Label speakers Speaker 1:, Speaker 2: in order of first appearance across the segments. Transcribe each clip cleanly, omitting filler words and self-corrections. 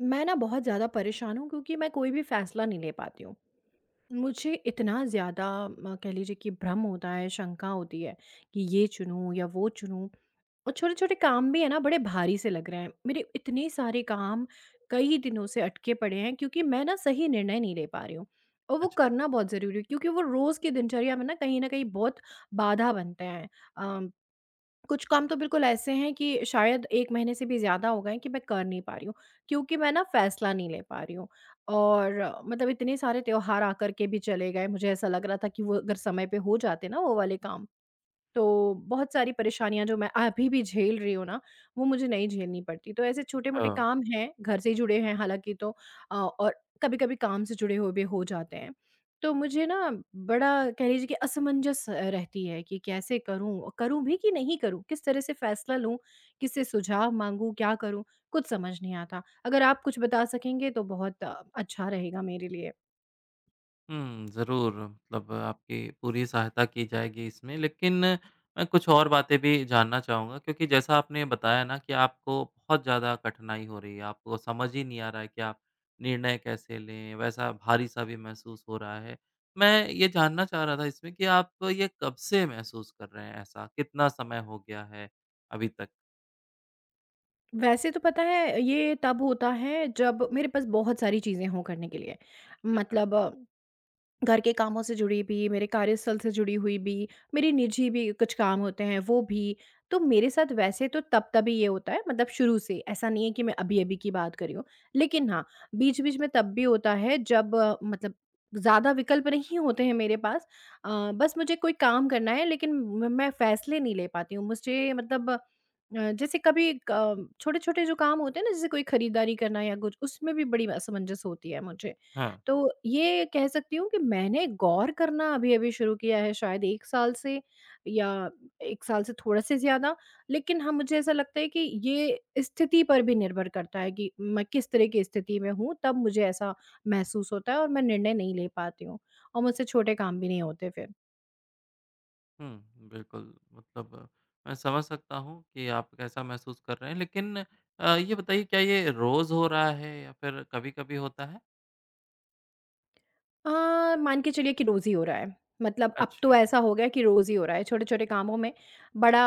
Speaker 1: मैं ना बहुत ज़्यादा परेशान हूँ क्योंकि मैं कोई भी फ़ैसला नहीं ले पाती हूँ। मुझे इतना ज़्यादा म कह लीजिए कि भ्रम होता है, शंका होती है कि ये चुनूँ या वो चुनूँ। और छोटे-छोटे काम भी है ना, बड़े भारी से लग रहे हैं। मेरे इतने सारे काम कई दिनों से अटके पड़े हैं क्योंकि मैं ना सही निर्णय नहीं ले पा रही हूँ, और वो
Speaker 2: अच्छा।
Speaker 1: करना बहुत ज़रूरी है क्योंकि वो रोज़ की दिनचर्या में ना, कहीं न कहीं बहुत बाधा बनते हैं। अ, कुछ काम तो बिल्कुल ऐसे हैं कि शायद 1 महीने से भी ज़्यादा हो गए हैं कि मैं कर नहीं पा रही हूँ, क्योंकि मैं ना फ़ैसला नहीं ले पा रही हूँ। और मतलब इतने सारे त्योहार आकर के भी चले गए, मुझे ऐसा लग रहा था कि वो अगर समय पे हो जाते ना वो वाले काम, तो बहुत सारी परेशानियाँ जो मैं अभी भी झेल रही हूँ ना, वो मुझे नहीं झेलनी पड़ती। तो ऐसे छोटे-मोटे काम हैं, घर से ही जुड़े हैं हालाँकि, तो और कभी-कभी काम से जुड़े हुए भी हो जाते हैं। तो मुझे ना बड़ा कह लीजिए कि असमंजस रहती है कि कैसे करूँ? और करूँ भी कि नहीं करूँ? किस तरह से फ़ैसला लूँ? किससे सुझाव माँगूँ? क्या करूँ? कुछ समझ नहीं आता। अगर आप कुछ बता सकेंगे तो बहुत अच्छा रहेगा मेरे लिए।
Speaker 2: हुँ, ज़रूर मतलब आपकी पूरी सहायता की जाएगी इसमें। लेकिन मैं कुछ और बातें भी जानना चाहूँगा क्योंकि जैसा आपने बताया ना कि आपको बहुत ज़्यादा कठिनाई हो रही है, आपको समझ ही नहीं आ रहा है कि आप निर्णय कैसे लें, वैसा भारी-सा भी महसूस हो रहा है। मैं ये जानना चाह रहा था इसमें कि आप ये कब से महसूस कर रहे हैं ऐसा? कितना समय हो गया है अभी तक?
Speaker 1: वैसे तो पता है ये तब होता है जब मेरे पास बहुत सारी चीज़ें हों करने के लिए,
Speaker 2: अच्छा।
Speaker 1: मतलब घर के कामों से जुड़ी भी, मेरे कार्यस्थल से जुड़ी हुई भी, मेरे निजी भी कुछ काम होते हैं वो भी। तो मेरे साथ वैसे तो तब-तभी ये होता है, मतलब शुरू से, ऐसा नहीं है कि मैं अभी-अभी की बात कर रही हूँ। लेकिन हाँ, बीच-बीच में तब भी होता है जब मतलब ज़्यादा विकल्प नहीं होते हैं मेरे पास। अ, बस मुझे कोई काम करना है, लेकिन म मैं फ़ैसले नहीं ले पाती हूँ। मुझे मतलब जैसे कभी क छोटे-छोटे जो काम होते हैं ना, जैसे कोई खरीदारी करना या कुछ, उसमें भी बड़ी असमंजस होती है मुझे।
Speaker 2: हाँ।
Speaker 1: तो ये कह सकती हूँ कि मैंने गौर करना अभी-अभी शुरू किया है, शायद 1 साल से या 1 साल से थोड़ा से ज़्यादा। लेकिन हाँ, मुझे ऐसा लगता है कि ये स्थिति पर भी निर्भर करता है कि मैं किस तरह की स्थिति में हूँ, तब मुझे ऐसा महसूस होता है और मैं निर्णय नहीं ले पाती हूँ, और मुझसे छोटे काम भी नहीं होते फिर।
Speaker 2: हुँ, बिल्कुल मतलब मैं समझ सकता हूँ कि आप कैसा महसूस कर रहे हैं। लेकिन ये बताइए क्या ये रोज़ हो रहा है या फिर कभी-कभी होता है?
Speaker 1: अ, मान के चलिए कि रोज़ ही हो रहा है। मतलब अब तो
Speaker 2: अच्छा,
Speaker 1: ऐसा हो गया है कि रोज़ ही हो रहा है, छोटे-छोटे कामों में बड़ा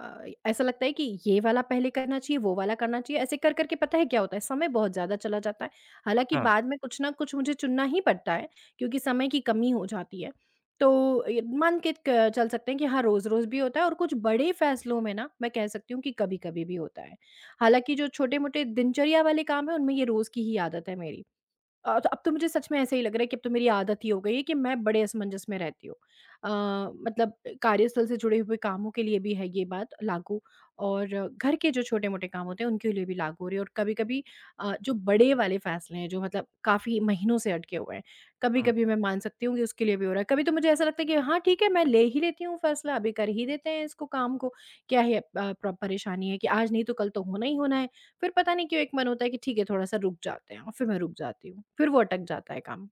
Speaker 1: ऐसा लगता है कि ये वाला पहले करना चाहिए, वो वाला करना चाहिए, ऐसे कर कर के पता है क्या होता है, समय बहुत ज़्यादा चला जाता है। हालाँकि
Speaker 2: हाँ,
Speaker 1: बाद में कुछ ना कुछ मुझे चुनना ही पड़ता है, क्योंकि समय की कमी हो जाती है। तो य मान के क चल सकते हैं कि हाँ, रोज़-रोज़ भी होता है, और कुछ बड़े फ़ैसलों में ना, मैं कह सकती हूँ कि कभी-कभी भी होता है। हालाँकि जो छोटे-मोटे दिनचर्या वाले काम हैं, उनमें ये रोज़ की ही आदत है मेरी। तो अब तो मुझे सच में ऐसा ही लग रहा है कि अब तो मेरी आदत ही हो गई है कि मैं बड़े असमंजस में रहती हूँ। अ, मतलब कार्यस्थल से जुड़े हुए कामों के लिए भी है ये बात लागू, और घर के जो छोटे-मोटे काम होते हैं उनके लिए भी लागू हो रही है, और कभी-कभी जो बड़े वाले फ़ैसले हैं, जो मतलब काफ़ी महीनों से अटके हुए हैं,
Speaker 2: हुँ।
Speaker 1: कभी-कभी मैं मान सकती हूँ कि उसके लिए भी हो रहा है। कभी तो मुझे ऐसा लगता है कि हाँ ठीक है, मैं ले ही लेती हूँ फ़ैसला, अभी कर ही देते हैं इसको काम को, क्या है प्र परेशानी है कि आज नहीं तो कल तो होना ही होना है। फिर पता नहीं क्यों एक मन होता है कि ठीक है थोड़ा-सा रुक जाते हैं, और फिर मैं रुक जाती हूँ, फिर वो अटक जाता है काम।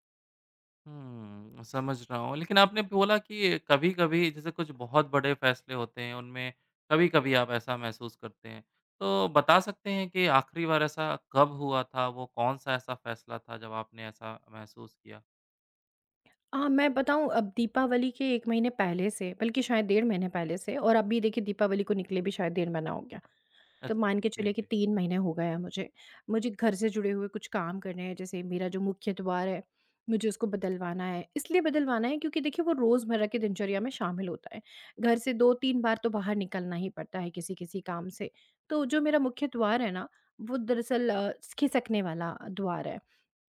Speaker 2: हुँ, समझ रहा हूँ। लेकिन आपने बोला कि कभी-कभी जैसे कुछ बहुत बड़े फ़ैसले होते हैं, उनमें कभी-कभी आप ऐसा महसूस करते हैं। तो बता सकते हैं कि आखिरी बार ऐसा कब हुआ था? वो कौन-सा ऐसा फ़ैसला था जब आपने ऐसा महसूस किया?
Speaker 1: हाँ, मैं बताऊँ, अब दीपावली के 1 महीने पहले से, बल्कि शायद 1½ महीने पहले से, और अभी देखिए दीपावली को निकले भी शायद 1½ महीना हो गया। तो
Speaker 2: अच्छा,
Speaker 1: मान के
Speaker 2: जी,
Speaker 1: चलिए कि
Speaker 2: जी।
Speaker 1: 3 महीने हो गए हैं मुझे। मुझे घर से जुड़े हुए कुछ काम करने हैं, जैसे मेरा जो मुख्य द्वार है, मुझे उसको बदलवाना है। इसलिए बदलवाना है क्योंकि देखिए वो रोज़मर्रा की दिनचर्या में शामिल होता है। घर से 2-3 बार तो बाहर निकलना ही पड़ता है किसी-किसी काम से। तो जो मेरा मुख्य द्वार है ना, वो दरअसल खिसकने वाला द्वार है।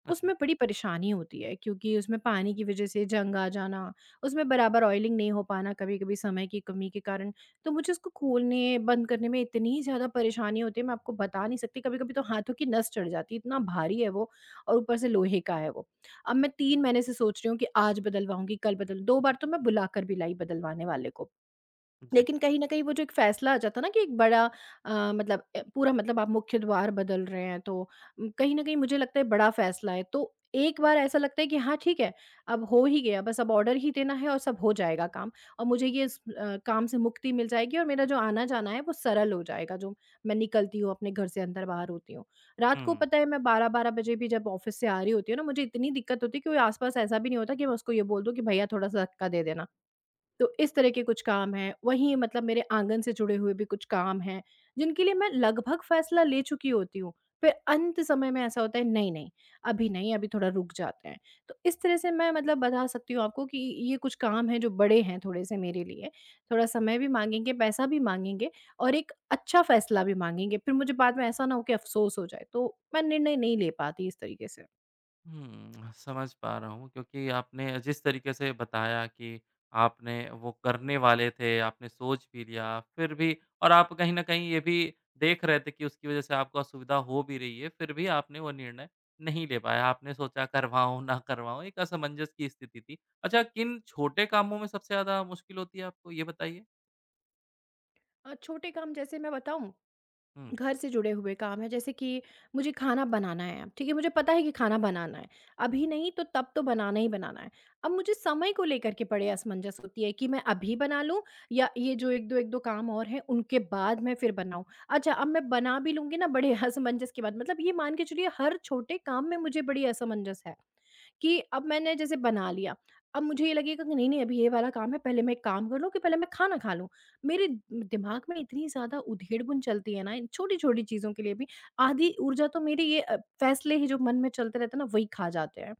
Speaker 2: अच्छा,
Speaker 1: उसमें बड़ी परेशानी होती है क्योंकि उसमें पानी की वज़ह से जंग आ जाना, उसमें बराबर ऑयलिंग नहीं हो पाना कभी-कभी समय की कमी के कारण, तो मुझे उसको खोलने, बंद करने में इतनी ज़्यादा परेशानी होती है, मैं आपको बता नहीं सकती, कभी-कभी तो हाथों की नस चढ़ जाती है, इतना भारी है वो, और ऊपर से लोहे का है वो। अब मैं 3 महीने से सोच रही हूँ कि आज बदलवाऊँगी, कल बदल 2 बार तो मैं बुलाकर भी लाई बदलवाने वाले को।
Speaker 2: जी।
Speaker 1: लेकिन कहीं न कहीं वो जो एक फ़ैसला आ जाता है ना कि एक बड़ा मतलब पूरा, मतलब आप मुख्य द्वार बदल रहे हैं तो, कहीं न कहीं मुझे लगता है बड़ा फ़ैसला है। तो एक बार ऐसा लगता है कि हाँ, ठीक है, अब हो ही गया, बस अब ऑर्डर ही देना है और सब हो जाएगा काम, और मुझे ये इस काम से मुक्ति मिल जाएगी और मेरा जो आना-जाना है वो सरल हो जाएगा, जो मैं निकलती हूँ अपने घर से अंदर-बाहर होती हूँ। रात को
Speaker 2: हुँ।
Speaker 1: पता है मैं 12-12 बजे भी जब ऑफ़िस से आ रही होती हूँ ना, मुझे इतनी दिक्कत होती है कि कोई आस-पास ऐसा भी नहीं होता कि मैं उसको ये बोल दूँ कि भैया थोड़ा-सा धक्का दे देना। तो इस तरह के कुछ काम हैं, वहीं मतलब मेरे आंगन से जुड़े हुए भी कुछ काम हैं, जिनके लिए मैं लगभग फ़ैसला ले चुकी होती हूँ, फिर अंत समय में ऐसा होता है नहीं, नहीं, अभी नहीं, अभी थोड़ा रुक जाते हैं। तो इस तरह से मैं मतलब बता सकती हूँ आपको कि ये कुछ काम हैं जो बड़े हैं थोड़े-से मेरे लिए, थोड़ा समय भी माँगेंगे, पैसा भी माँगेंगे और एक अच्छा फ़ैसला भी माँगेंगे, फिर मुझे बाद में ऐसा ना हो कि अफ़सोस हो जाए, तो मैं निर्णय नहीं ले पाती इस तरीके से।
Speaker 2: हुँ, समझ पा रहा हूँ क्योंकि आपने जिस तरीके से बताया कि आपने वो करने वाले थे, आपने सोच भी लिया, फिर भी और आप कहीं न कहीं ये भी देख रहे थे कि उसकी वज़ह से आपको असुविधा हो भी रही है, फिर भी आपने वो निर्णय नहीं ले पाया। आपने सोचा करवाऊँ, ना करवाऊँ, एक असमंजस की स्थिति थी। अच्छा, किन छोटे कामों में सबसे ज़्यादा मुश्किल होती है आपको, ये बताइए?
Speaker 1: छोटे काम जैसे मैं बताऊँ,
Speaker 2: हुँ,
Speaker 1: घर से जुड़े हुए काम है जैसे कि मुझे खाना बनाना है। अब ठीक है, मुझे पता है कि खाना बनाना है, अभी नहीं तो तब तो बनाना ही बनाना है। अब मुझे समय को लेकर के बड़े असमंजस होती है कि मैं अभी बना लूं, या ये जो एक दो काम और हैं उनके बाद मैं फिर बनाऊं। अच्छा, अब मैं बना भी लूंगी ना, बड़े असमंजस के बाद, मतलब ये मान के चलिए हर छोटे काम में मुझे बड़ी असमंजस है कि अब मैंने जैसे बना लिया, अब मुझे ये लगेगा कि नहीं नहीं, अभी ये वाला काम है, पहले मैं एक काम कर लूं कि पहले मैं खाना खा लूं। मेरे द दिमाग में इतनी ज़्यादा उधेड़-बुन चलती है ना इन छोटी-छोटी चीज़ों के लिए भी, आधी ऊर्जा तो मेरी ये फैसले ही जो मन में चलते रहते हैं ना, वही खा जाते हैं।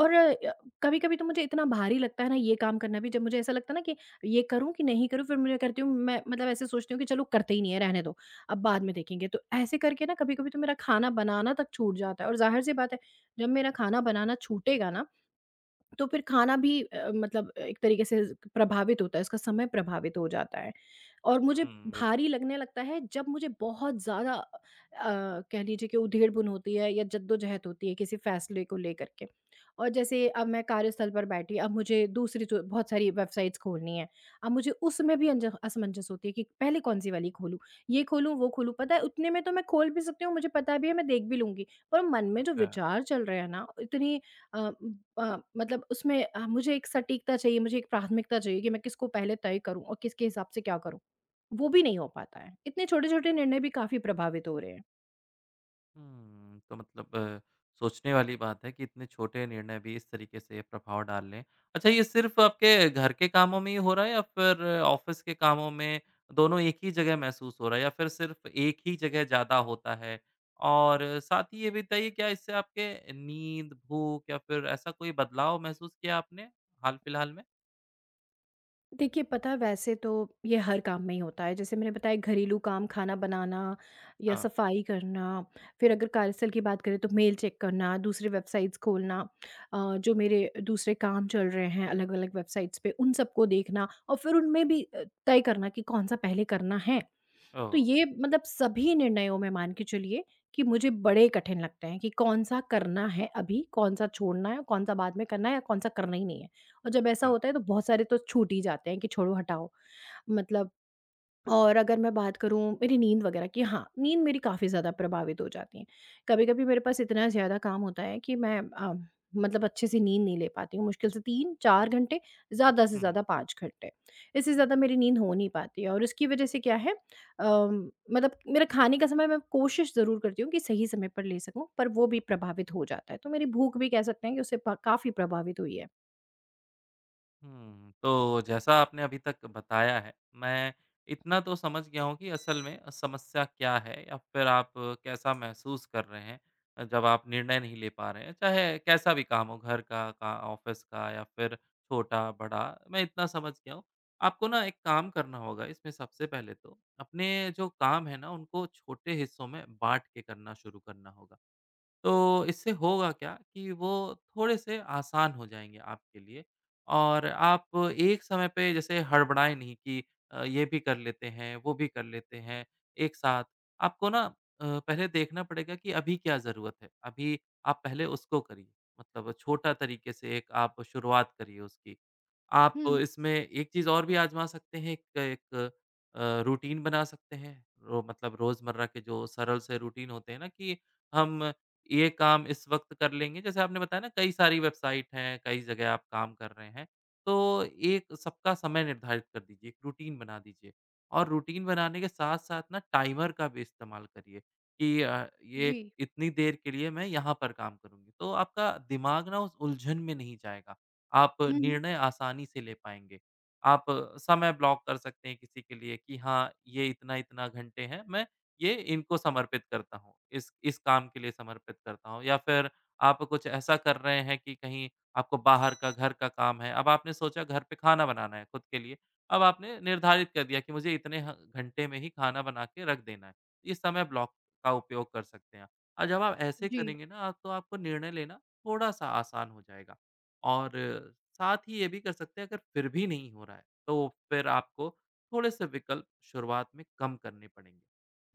Speaker 1: और कभी-कभी तो मुझे इतना भारी लगता है ना ये काम करना भी, जब मुझे ऐसा लगता है ना कि ये करूँ कि नहीं करूँ, फिर मुझे करती हूँ मैं, मतलब ऐसे सोचती हूँ कि चलो करते ही नहीं है, रहने दो, अब बाद में देखेंगे। तो ऐसे करके ना कभी-कभी तो मेरा खाना बनाना तक छूट जाता है, और ज़ाहिर-सी बात है, जब मेरा खाना बनाना छूटेगा ना तो फिर खाना भी मतलब एक तरीके से प्रभावित होता है, उसका समय प्रभावित हो जाता है। और मुझे
Speaker 2: हुँ, बिल
Speaker 1: भारी लगने लगता है जब मुझे बहुत ज़्यादा कह लीजिए कि उधेड़-बुन होती है या जद्दोजहद होती है किसी फ़ैसले को लेकर के। और जैसे अब मैं कार्यस्थल पर बैठी, अब मुझे दूसरी जो बहुत सारी वेबसाइट्स खोलनी हैं। अब मुझे उसमें भी अंज असमंजस होती है कि पहले कौन-सी वाली खोलूँ, ये खोलूँ, वो खोलूँ। पता है उतने में तो मैं खोल भी सकती हूँ, मुझे पता भी है, मैं देख भी लूँगी। पर मन में जो
Speaker 2: अच्छा।
Speaker 1: विचार चल रहे हैं ना, इतनी अ, मतलब उसमें मुझे एक सटीकता चाहिए, मुझे एक प्राथमिकता चाहिए कि मैं किसको पहले तय करूँ और किसके हिसाब से क्या करूँ। वो भी नहीं हो पाता है। इतने छोटे-छोटे निर्णय भी काफ़ी प्रभावित हो रहे हैं।
Speaker 2: हुँ, तो मतलब सोचने वाली बात है कि इतने छोटे निर्णय भी इस तरीके से प्रभाव डाल लें। अच्छा, ये सिर्फ़ आपके घर के कामों में ही हो रहा है या फिर ऑफ़िस के कामों में दोनों एक ही जगह महसूस हो रहा है या फिर सिर्फ़ एक ही जगह ज़्यादा होता है? और साथ ही ये भी बताइए क्या इससे आपके नींद, भूख या फिर ऐसा कोई बदलाव महसूस किया आपने हाल-फिलहाल में?
Speaker 1: देखिए, पता है वैसे तो ये हर काम में ही होता है। जैसे मैंने बताया घरेलू काम, खाना बनाना या
Speaker 2: हाँ,
Speaker 1: सफाई करना, फिर अगर कार्यस्थल की बात करें तो मेल चेक करना, दूसरी वेबसाइट्स खोलना, जो मेरे दूसरे काम चल रहे हैं अलग-अलग वेबसाइट्स पे, उन सबको देखना और फिर उनमें भी तय करना कि कौन-सा पहले करना है। तो
Speaker 2: ओह!
Speaker 1: ये मतलब सभी निर्णयों में मान के चलिए कि मुझे बड़े कठिन लगते हैं कि कौन-सा करना है अभी, कौन-सा छोड़ना है, कौन-सा बाद में करना है या कौन-सा करना ही नहीं है। और जब ऐसा
Speaker 2: अच्छा।
Speaker 1: होता है तो बहुत सारे तो छूट ही जाते हैं कि छोड़ो हटाओ, मतलब। और अगर मैं बात करूँ मेरी नींद वगैरह की, हाँ, नींद मेरी काफ़ी ज़्यादा प्रभावित हो जाती है। कभी-कभी मेरे पास इतना ज़्यादा काम होता है कि मैं मतलब अच्छे से नींद नहीं ले पाती हूँ। मुश्किल से 3-4 घंटे, ज़्यादा से
Speaker 2: हुँ, हुँ।
Speaker 1: ज़्यादा 5 घंटे। इससे ज़्यादा मेरी नींद हो नहीं पाती है, और उसकी वज़ह से क्या है मतलब मेरा खाने का समय मैं कोशिश ज़रूर करती हूँ कि सही समय पर ले सकूँ, पर वो भी प्रभावित हो जाता है। तो मेरी भूख भी कह सकते हैं कि उससे प काफ़ी प्रभावित हुई है।
Speaker 2: हुँ, तो जैसा आपने अभी तक बताया है, मैं इतना तो समझ गया हूँ कि असल में समस्या क्या है या फिर आप कैसा महसूस कर रहे हैं जब आप निर्णय नहीं ले पा रहे हैं, चाहे कैसा भी काम हो, घर का, ऑफ़िस का या फिर छोटा-बड़ा, मैं इतना समझ गया हूँ। आपको ना एक काम करना होगा इसमें सबसे पहले तो, अपने जो काम है ना, उनको छोटे हिस्सों में बाँट के करना शुरू करना होगा। तो इससे होगा क्या कि वो थोड़े से आसान हो जाएँगे आपके लिए और आप एक समय पे जैसे हड़बड़ाएँ नहीं कि ये भी कर लेते हैं, वो भी कर लेते हैं एक साथ। आपको ना पहले देखना पड़ेगा कि अभी क्या ज़रूरत है, अभी आप पहले उसको करिए। मतलब छोटा तरीके से एक आप शुरुआत करिए उसकी। आप
Speaker 1: हुँ,
Speaker 2: इसमें एक चीज़ और भी आज़मा सकते हैं, एक एक रूटीन बना सकते हैं। रो मतलब रोज़मर्रा के जो सरल से रूटीन होते हैं ना कि हम ये काम इस वक़्त कर लेंगे। जैसे आपने बताया ना कई सारी वेबसाइट हैं, कई जगह आप काम कर रहे हैं। तो एक सबका समय निर्धारित कर दीजिए, एक रूटीन बना दीजिए और रूटीन बनाने के साथ-साथ ना टाइमर का भी इस्तेमाल करिए कि ये
Speaker 1: जी।
Speaker 2: इतनी देर के लिए मैं यहाँ पर काम करूँगी। तो आपका दिमाग ना उस उलझन में नहीं जाएगा। आप
Speaker 1: हुँ, हुँ।
Speaker 2: निर्णय आसानी से ले पाएँगे। आप समय ब्लॉक कर सकते हैं किसी के लिए कि हाँ, ये इतना-इतना घंटे हैं, मैं ये इनको समर्पित करता हूँ, इस काम के लिए समर्पित करता हूँ। या फिर आप कुछ ऐसा कर रहे हैं कि कहीं आपको बाहर का, घर का काम है, अब आपने सोचा घर पे खाना बनाना है खुद के लिए, अब आपने निर्धारित कर दिया कि मुझे इतने ह घंटे में ही खाना बना के रख देना है। इस समय ब्लॉक का उपयोग कर सकते हैं। और जब आप ऐसे
Speaker 1: जी,
Speaker 2: करेंगे ना आप, तो आपको निर्णय लेना थोड़ा-सा आसान हो जाएगा। और साथ ही ये भी कर सकते हैं अगर फिर भी नहीं हो रहा है, तो फिर आपको थोड़े-से विकल्प शुरुआत में कम करने पड़ेंगे।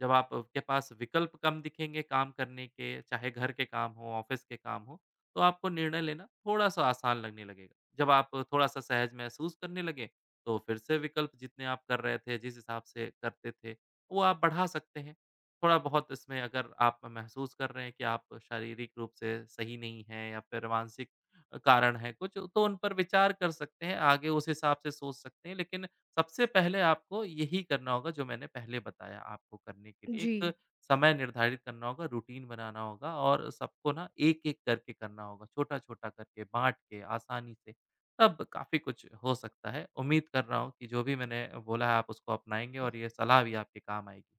Speaker 2: जब आपके पास विकल्प कम दिखेंगे काम करने के, चाहे घर के काम हों, ऑफ़िस के काम हों, तो आपको निर्णय लेना थोड़ा-सा आसान लगने लगेगा। जब आप थोड़ा-सा सहज महसूस करने लगे, तो फिर से विकल्प जितने आप कर रहे थे, जिस हिसाब से करते थे, वो आप बढ़ा सकते हैं। थोड़ा-बहुत इसमें अगर आप महसूस कर रहे हैं कि आप शारीरिक रूप से सही नहीं हैं या फिर मानसिक कारण है कुछ, तो उन पर विचार कर सकते हैं, आगे उस हिसाब से सोच सकते हैं। लेकिन सबसे पहले आपको यही करना होगा जो मैंने पहले बताया आपको करने के लिए,
Speaker 1: जी।
Speaker 2: एक समय निर्धारित करना होगा, रूटीन बनाना होगा और सबको ना एक-एक करके करना होगा, छोटा-छोटा करके बाँट के आसानी से, तब काफ़ी कुछ हो सकता है। उम्मीद कर रहा हूँ कि जो भी मैंने बोला है आप उसको अपनाएँगे और ये सलाह भी आपके काम आएगी।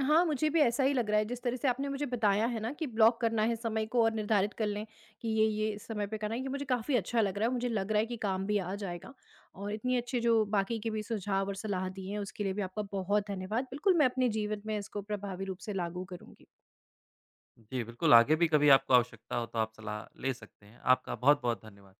Speaker 1: हाँ, मुझे भी ऐसा ही लग रहा है, जिस तरह से आपने मुझे बताया है ना कि ब्लॉक करना है समय को और निर्धारित कर लें कि ये इस समय पे करना है, ये मुझे काफ़ी अच्छा लग रहा है। मुझे लग रहा है कि काम भी आ जाएगा, और इतनी अच्छे जो बाकी के भी सुझाव और सलाह दी हैं, उसके लिए भी आपका बहुत धन्यवाद। बिल्कुल, मैं अपने जीवन में इसको प्रभावी रूप से लागू करूँगी।
Speaker 2: जी, बिल्कुल आगे भी कभी आपको आवश्यकता हो तो आप सलाह ले सकते हैं। आपका बहुत-बहुत धन्यवाद।